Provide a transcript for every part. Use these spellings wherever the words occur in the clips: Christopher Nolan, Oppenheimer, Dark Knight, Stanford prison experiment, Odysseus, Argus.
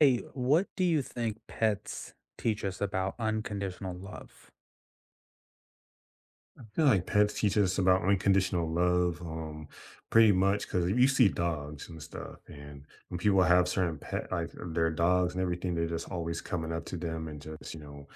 Hey, what do you think pets teach us about unconditional love? I feel like pets teach us about unconditional love, pretty much because you see dogs and stuff, and when people have certain pet, like their dogs and everything, they're just always coming up to them and just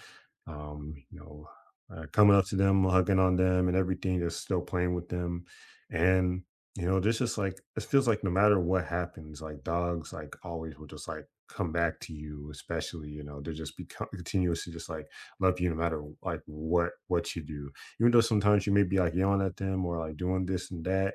um, you know, coming up to them, hugging on them, and everything, just still playing with them. And, you know, this just like, it feels like no matter what happens, like dogs, like always will just like come back to you, especially, you know, they're just become continuously just like love you no matter like what you do. Even though sometimes you may be like yelling at them or like doing this and that,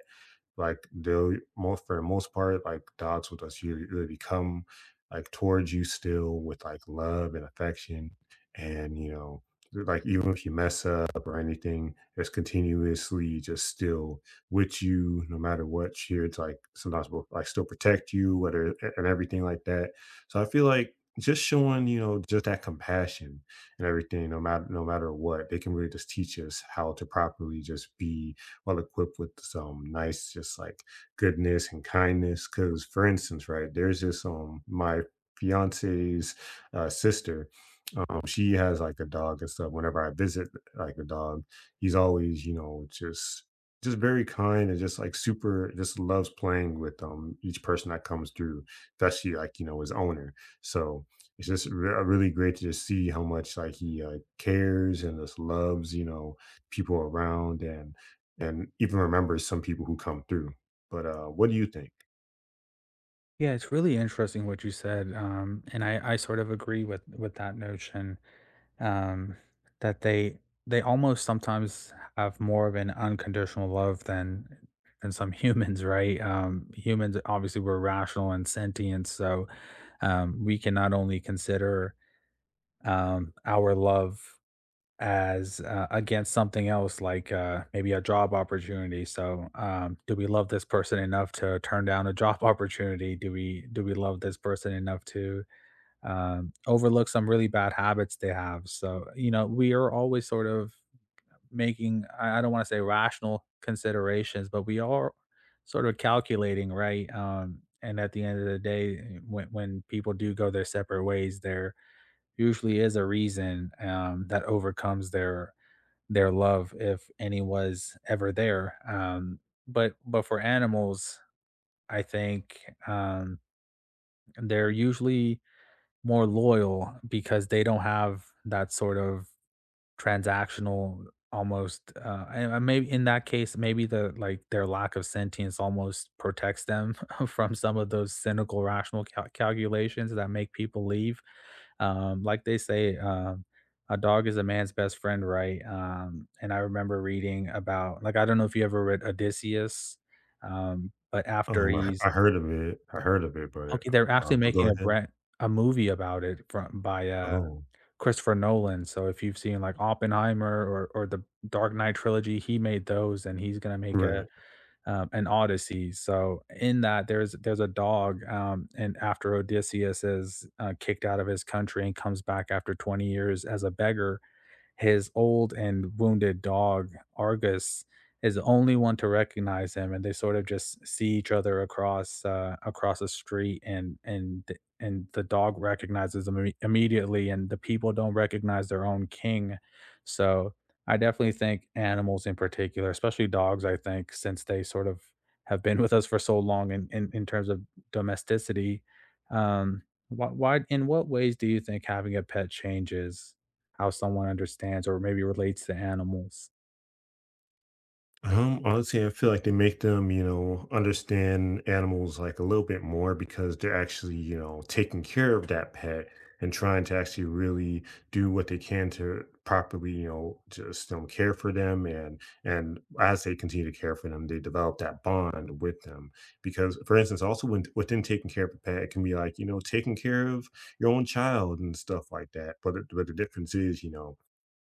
like they'll most for the most part, like dogs will just usually really come like towards you still with like love and affection. And you know, like even if you mess up or anything, it's continuously just still with you no matter what. Here it's like sometimes will like still protect you, whether and everything like that. So I feel like just showing, you know, just that compassion and everything, no matter what, they can really just teach us how to properly just be well equipped with some nice, just like goodness and kindness. Because, for instance, right, there's this my fiance's sister, she has like a dog and stuff. Whenever I visit like a dog, he's always, you know, just very kind and just like super just loves playing with each person that comes through, especially like, you know, his owner. So it's just really great to just see how much like he cares and just loves, you know, people around and even remembers some people who come through. But what do you think? Yeah, it's really interesting what you said, and I sort of agree with that notion um, that they almost sometimes have more of an unconditional love than some humans, right? Humans, obviously we're rational and sentient, so we can not only consider our love as against something else, like maybe a job opportunity. So, do we love this person enough to turn down a job opportunity? Do we love this person enough to overlook some really bad habits they have? So, you know, we are always sort of making, I don't want to say rational considerations, but we are sort of calculating, right? And at the end of the day, when people do go their separate ways, there usually is a reason that overcomes their love, if any was ever there. But for animals, I think um, they're usually more loyal because they don't have that sort of transactional almost, and maybe in that case, maybe the, like, their lack of sentience almost protects them from some of those cynical rational calculations that make people leave. Like they say, a dog is a man's best friend, right? And I remember reading about, like, I don't know if you ever read Odysseus, but after I, he's, I heard of it. I heard of it, but okay, they're uh, actually but go making a ahead. brand a movie about it, from, by Oh, Christopher Nolan. So if you've seen, like, Oppenheimer or the Dark Knight trilogy, he made those, and he's gonna make a, right. An Odyssey. So in that, there's a dog, and after Odysseus is, kicked out of his country and comes back after 20 years as a beggar, his old and wounded dog, Argus, is the only one to recognize him, and they sort of just see each other across across the street, and and the dog recognizes him immediately, and the people don't recognize their own king. So I definitely think animals in particular, especially dogs, I think, since they sort of have been with us for so long, in in terms of domesticity, um, why, in what ways do you think having a pet changes how someone understands or maybe relates to animals? Honestly, I feel like they make them, you know, understand animals like a little bit more because they're actually, you know, taking care of that pet and trying to actually really do what they can to properly, you know, just care for them, and as they continue to care for them, they develop that bond with them. Because, for instance, also when within taking care of a pet, it can be like, you know, taking care of your own child and stuff like that. But the difference is, you know,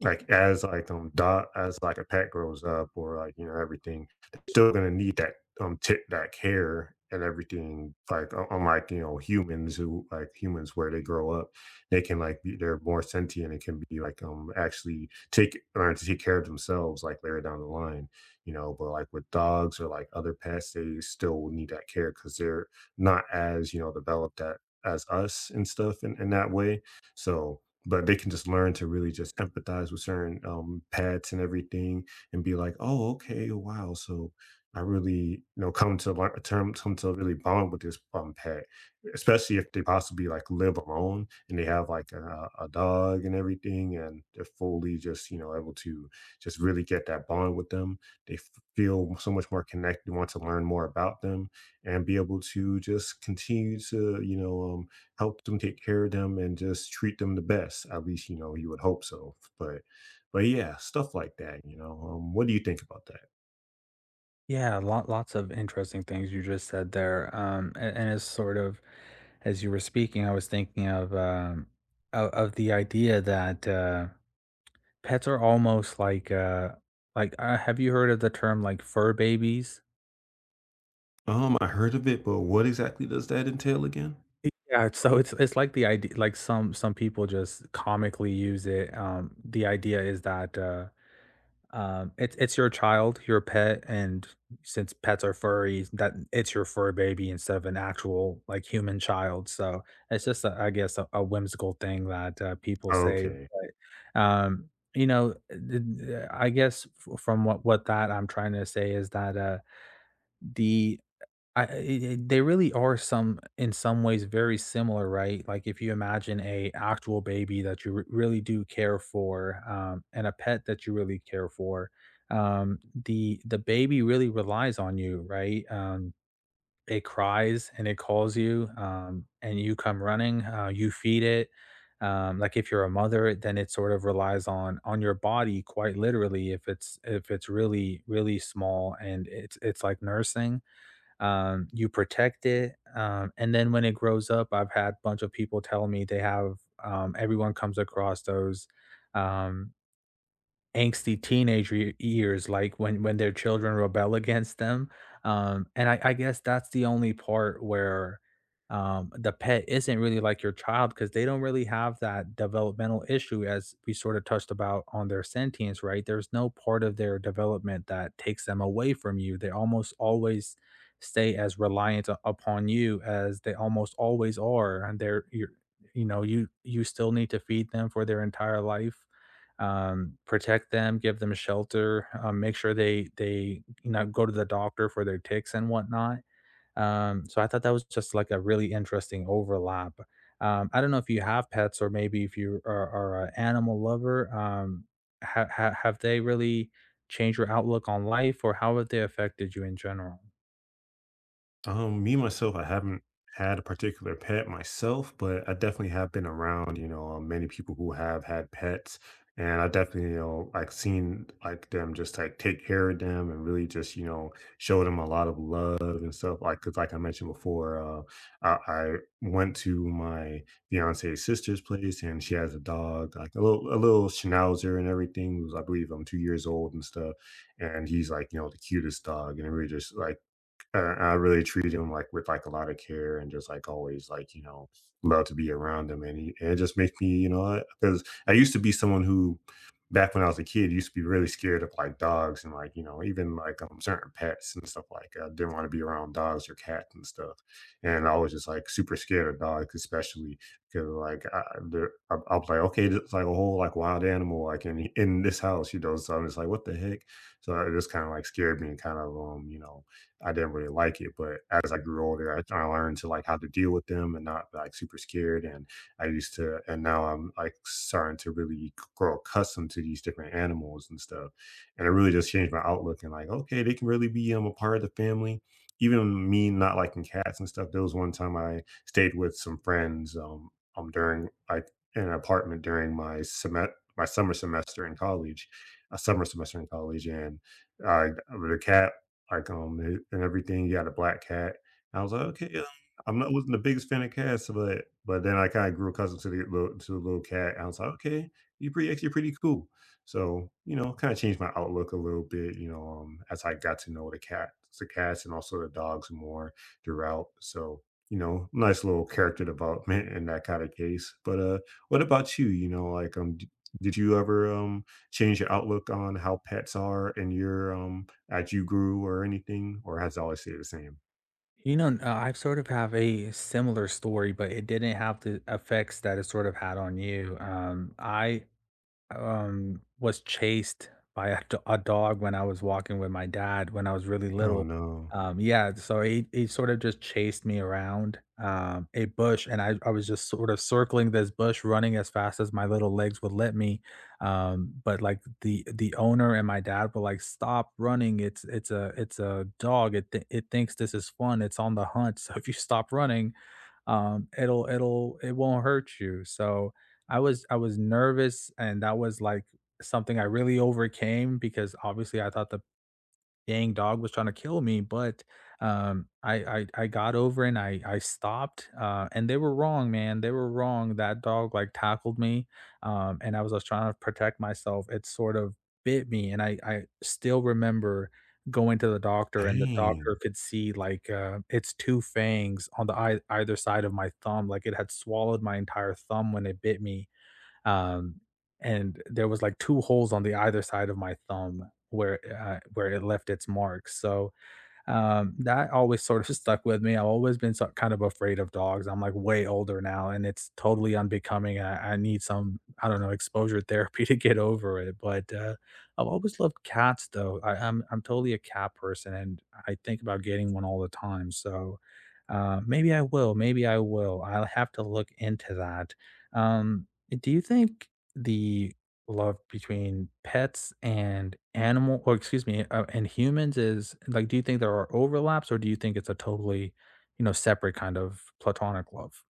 like, as, like, dot as, like, a pet grows up or, like, you know, everything, they're still gonna need that, tip that care and everything, like, u unlike, you know, humans where they grow up, they can, like, be they're more sentient and can be, like, actually take learn to take care of themselves, like, later down the line, you know? But, like, with dogs or, like, other pets, they still need that care because 'cause they're not as, you know, developed at as us and stuff in that way. So, but they can just learn to really just empathize with certain, pets and everything and be like, "Oh, okay, oh, wow, so I really," you know, come to really bond with this, pet, especially if they possibly, like, live alone and they have, like, a dog and everything, and they're fully just, you know, able to just really get that bond with them. They f feel so much more connected, want to learn more about them, and be able to just continue to, you know, help them take care of them and just treat them the best. At least, you know, you would hope so. But yeah, stuff like that, you know. What do you think about that? Yeah, lots of interesting things you just said there. And it's sort of, as you were speaking, I was thinking of, of the idea that, pets are almost like, like, have you heard of the term, like, fur babies? I heard of it, but what exactly does that entail again? Yeah, so it's like the idea, like, some people just comically use it. The idea is that, it's your child, your pet, and since pets are furry, that it's your fur baby instead of an actual, like, human child. So it's just, a, I guess, a whimsical thing that people say. Okay. But you know, I guess, from what that I'm trying to say is that, the I i I they really are, some in some ways, very similar, right? Like, if you imagine a actual baby that you r really do care for, and a pet that you really care for, the baby really relies on you, right? It cries and it calls you, and you come running, you feed it. Like, if you're a mother, then it sort of relies on your body, quite literally, if it's, if it's really, really small and it's like nursing. You protect it, and then when it grows up, I've had a bunch of people tell me they have, everyone comes across those, um, angsty teenage re years, like, when their children rebel against them, and I guess that's the only part where, the pet isn't really like your child, because they don't really have that developmental issue, as we sort of touched about on their sentience, right? There's no part of their development that takes them away from you. They almost always stay as reliant u upon you as they almost always are, and they're you're, you know, you still need to feed them for their entire life, protect them, give them shelter, make sure they, you know, go to the doctor for their ticks and whatnot. So I thought that was just like a really interesting overlap. I don't know if you have pets, or maybe if you are an animal lover. Um, have they really changed your outlook on life, or how have they affected you in general? Me myself, I haven't had a particular pet myself, but I definitely have been around, you know, many people who have had pets, and I definitely, you know, like seen like them just like take care of them and really just, you know, show them a lot of love and stuff. Like, cause like I mentioned before, I went to my fiance's sister's place, and she has a dog, like a little schnauzer and everything, who's I believe I'm 2 years old and stuff, and he's like, you know, the cutest dog, and it really just like I really treat him like with like a lot of care and just like always, like, you know, love to be around him. And, he, and it just makes me, you know, because I used to be someone who, back when I was a kid, used to be really scared of like dogs and like, you know, even like certain pets and stuff. Like, I didn't want to be around dogs or cats and stuff, and I was just like super scared of dogs especially, because like I, they're- I was like, okay, it's like a whole like wild animal like in this house, you know? So I'm just like, what the heck. So it just kind of like scared me and kind of you know, I didn't really like it. But as I grew older, I learned to like how to deal with them and not like super scared. And I used to, and now I'm like starting to really grow accustomed to these different animals and stuff. And it really just changed my outlook and like, okay, they can really be, a part of the family. Even me not liking cats and stuff. There was one time I stayed with some friends during like in an apartment during my semet my summer semester in college, and the cat, like, and everything, you got a black cat. I was like, "Okay, I'm not, wasn't the biggest fan of cats, but then I kinda grew accustomed to the little cat. I was like, "Okay, you're pretty actually pretty cool." So, you know, kinda changed my outlook a little bit, you know, as I got to know the cats and also the dogs more throughout. So, you know, nice little character development in that kinda case. But, what about you? You know, like, d did you ever, change your outlook on how pets are in your, as you grew or anything, or has it always stayed the same? You know, I sort of have a similar story, but it didn't have the effects that it sort of had on you. I was chased by a, a dog when I was walking with my dad when I was really Oh, little. no. Yeah, so he sort of just chased me around, a bush, and I was just sort of circling this bush, running as fast as my little legs would let me. But, like, the owner and my dad were like, "Stop running! It's, it's a dog. It it thinks this is fun. It's on the hunt." So if you stop running, it'll, it won't hurt you. So I was nervous, and that was like something I really overcame, because obviously I thought the dang dog was trying to kill me, but, I got over, and I stopped, and they were wrong, man, they were wrong. That dog, like, tackled me, and I was trying to protect myself. It sort of bit me, and I still remember going to the doctor, and the doctor Dang. could see, like, its 2 fangs on the ei either side of my thumb. Like, it had swallowed my entire thumb when it bit me, um, and there was like 2 holes on the either side of my thumb where it left its mark. So, that always sort of stuck with me. I've always been, so, kind of afraid of dogs. I'm, like, way older now, and it's totally unbecoming. I need some, I don't know, exposure therapy to get over it. But I've always loved cats, though. I'm totally a cat person, and I think about getting one all the time. So maybe I will, maybe I will. I'll have to look into that. Um, do you think the love between pets and animal, or excuse me, and humans is, like, do you think there are overlaps, or do you think it's a totally, you know, separate kind of platonic love?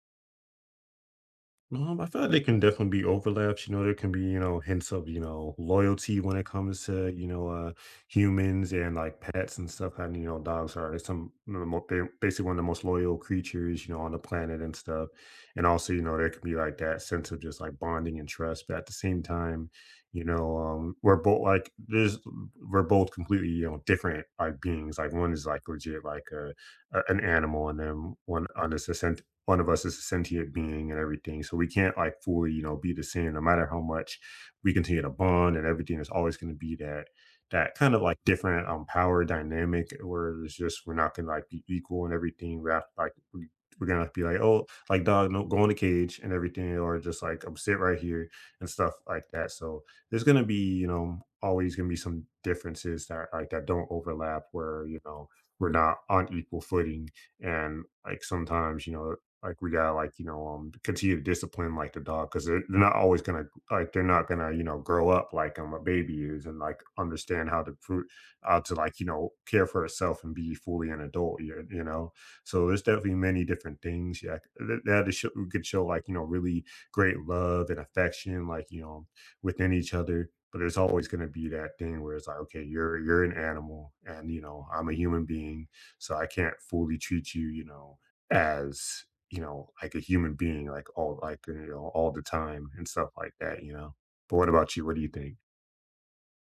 I feel like there can definitely be overlaps. You know, there can be, you know, hints of, you know, loyalty when it comes to, you know, humans and like pets and stuff. And, you know, dogs are some you know, the mo- they're basically one of the most loyal creatures, you know, on the planet and stuff. And also, you know, there can be like that sense of just like bonding and trust. But at the same time, you know, we're both completely, you know, different like beings. Like one is like legit like a an animal, and then one of us is a sentient being and everything. So we can't like fully, you know, be the same no matter how much we continue to bond and everything. There's always going to be that kind of like different power dynamic where it's just we're not gonna like be equal and everything. We have to, we're gonna have to be like, oh, like dog, no, go in the cage and everything, or just like I'm sit right here and stuff like that. So there's gonna be, you know, always gonna be some differences that like that don't overlap where, you know, we're not on equal footing, and like sometimes you know, like, we gotta, like, you know, continue to discipline, like, the dog 'cause they're not always gonna like, they're not gonna, you know, grow up like, a baby is, and, like, understand how to pro how to, like, you know, care for herself and be fully an adult, you know? So, there's definitely many different things, yeah, that that is show could show, like, you know, really great love and affection, like, you know, within each other, but there's always gonna be that thing where it's like, "Okay, you're an animal, and, you know, I'm a human being, so I can't fully treat you, you know, as, you know, like a human being, like all, like, you know, all the time and stuff like that, you know?" But what about you? What do you think?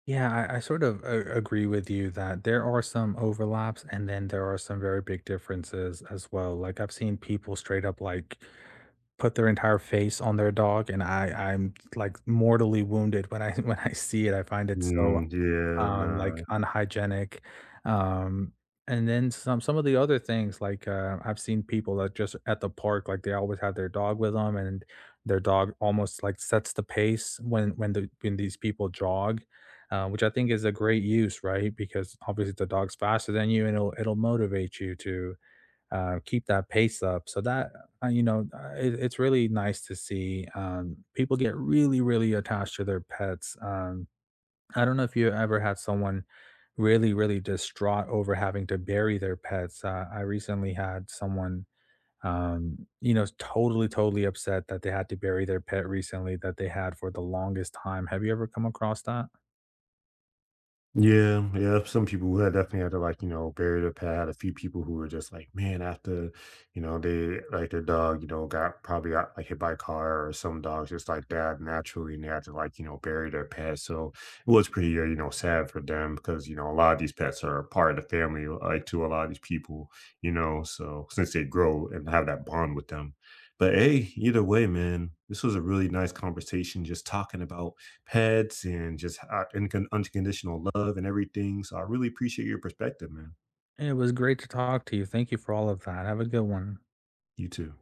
Yeah, I sort of agree with you that there are some overlaps, and then there are some very big differences as well. Like, I've seen people straight up like put their entire face on their dog, and I'm like mortally wounded when I when I see it. I find it so Mm, yeah, like, no. unhygienic. Um, and then some of the other things, like, I've seen people that just at the park, like, they always have their dog with them, and their dog almost like sets the pace when these people jog, which I think is a great use, right? Because obviously the dog's faster than you, and it'll motivate you to keep that pace up. So that it, it's really nice to see, people get really, really attached to their pets. I don't know if you ever had someone really, really distraught over having to bury their pets. I recently had someone, you know, totally, totally upset that they had to bury their pet recently, that they had for the longest time. Have you ever come across that? Yeah, yeah. Some people who had definitely had to like, you know, bury their pet. I had a few people who were just like, man, after, you know, they like their dog, you know, got probably got like hit by a car or some dogs just like that naturally, and they had to like, you know, bury their pet. So it was pretty, you know, sad for them because, you know, a lot of these pets are a part of the family, like to a lot of these people, you know, so since they grow and have that bond with them. But hey, either way, man, this was a really nice conversation just talking about pets and just and unconditional love and everything. So I really appreciate your perspective, man. It was great to talk to you. Thank you for all of that. Have a good one. You too.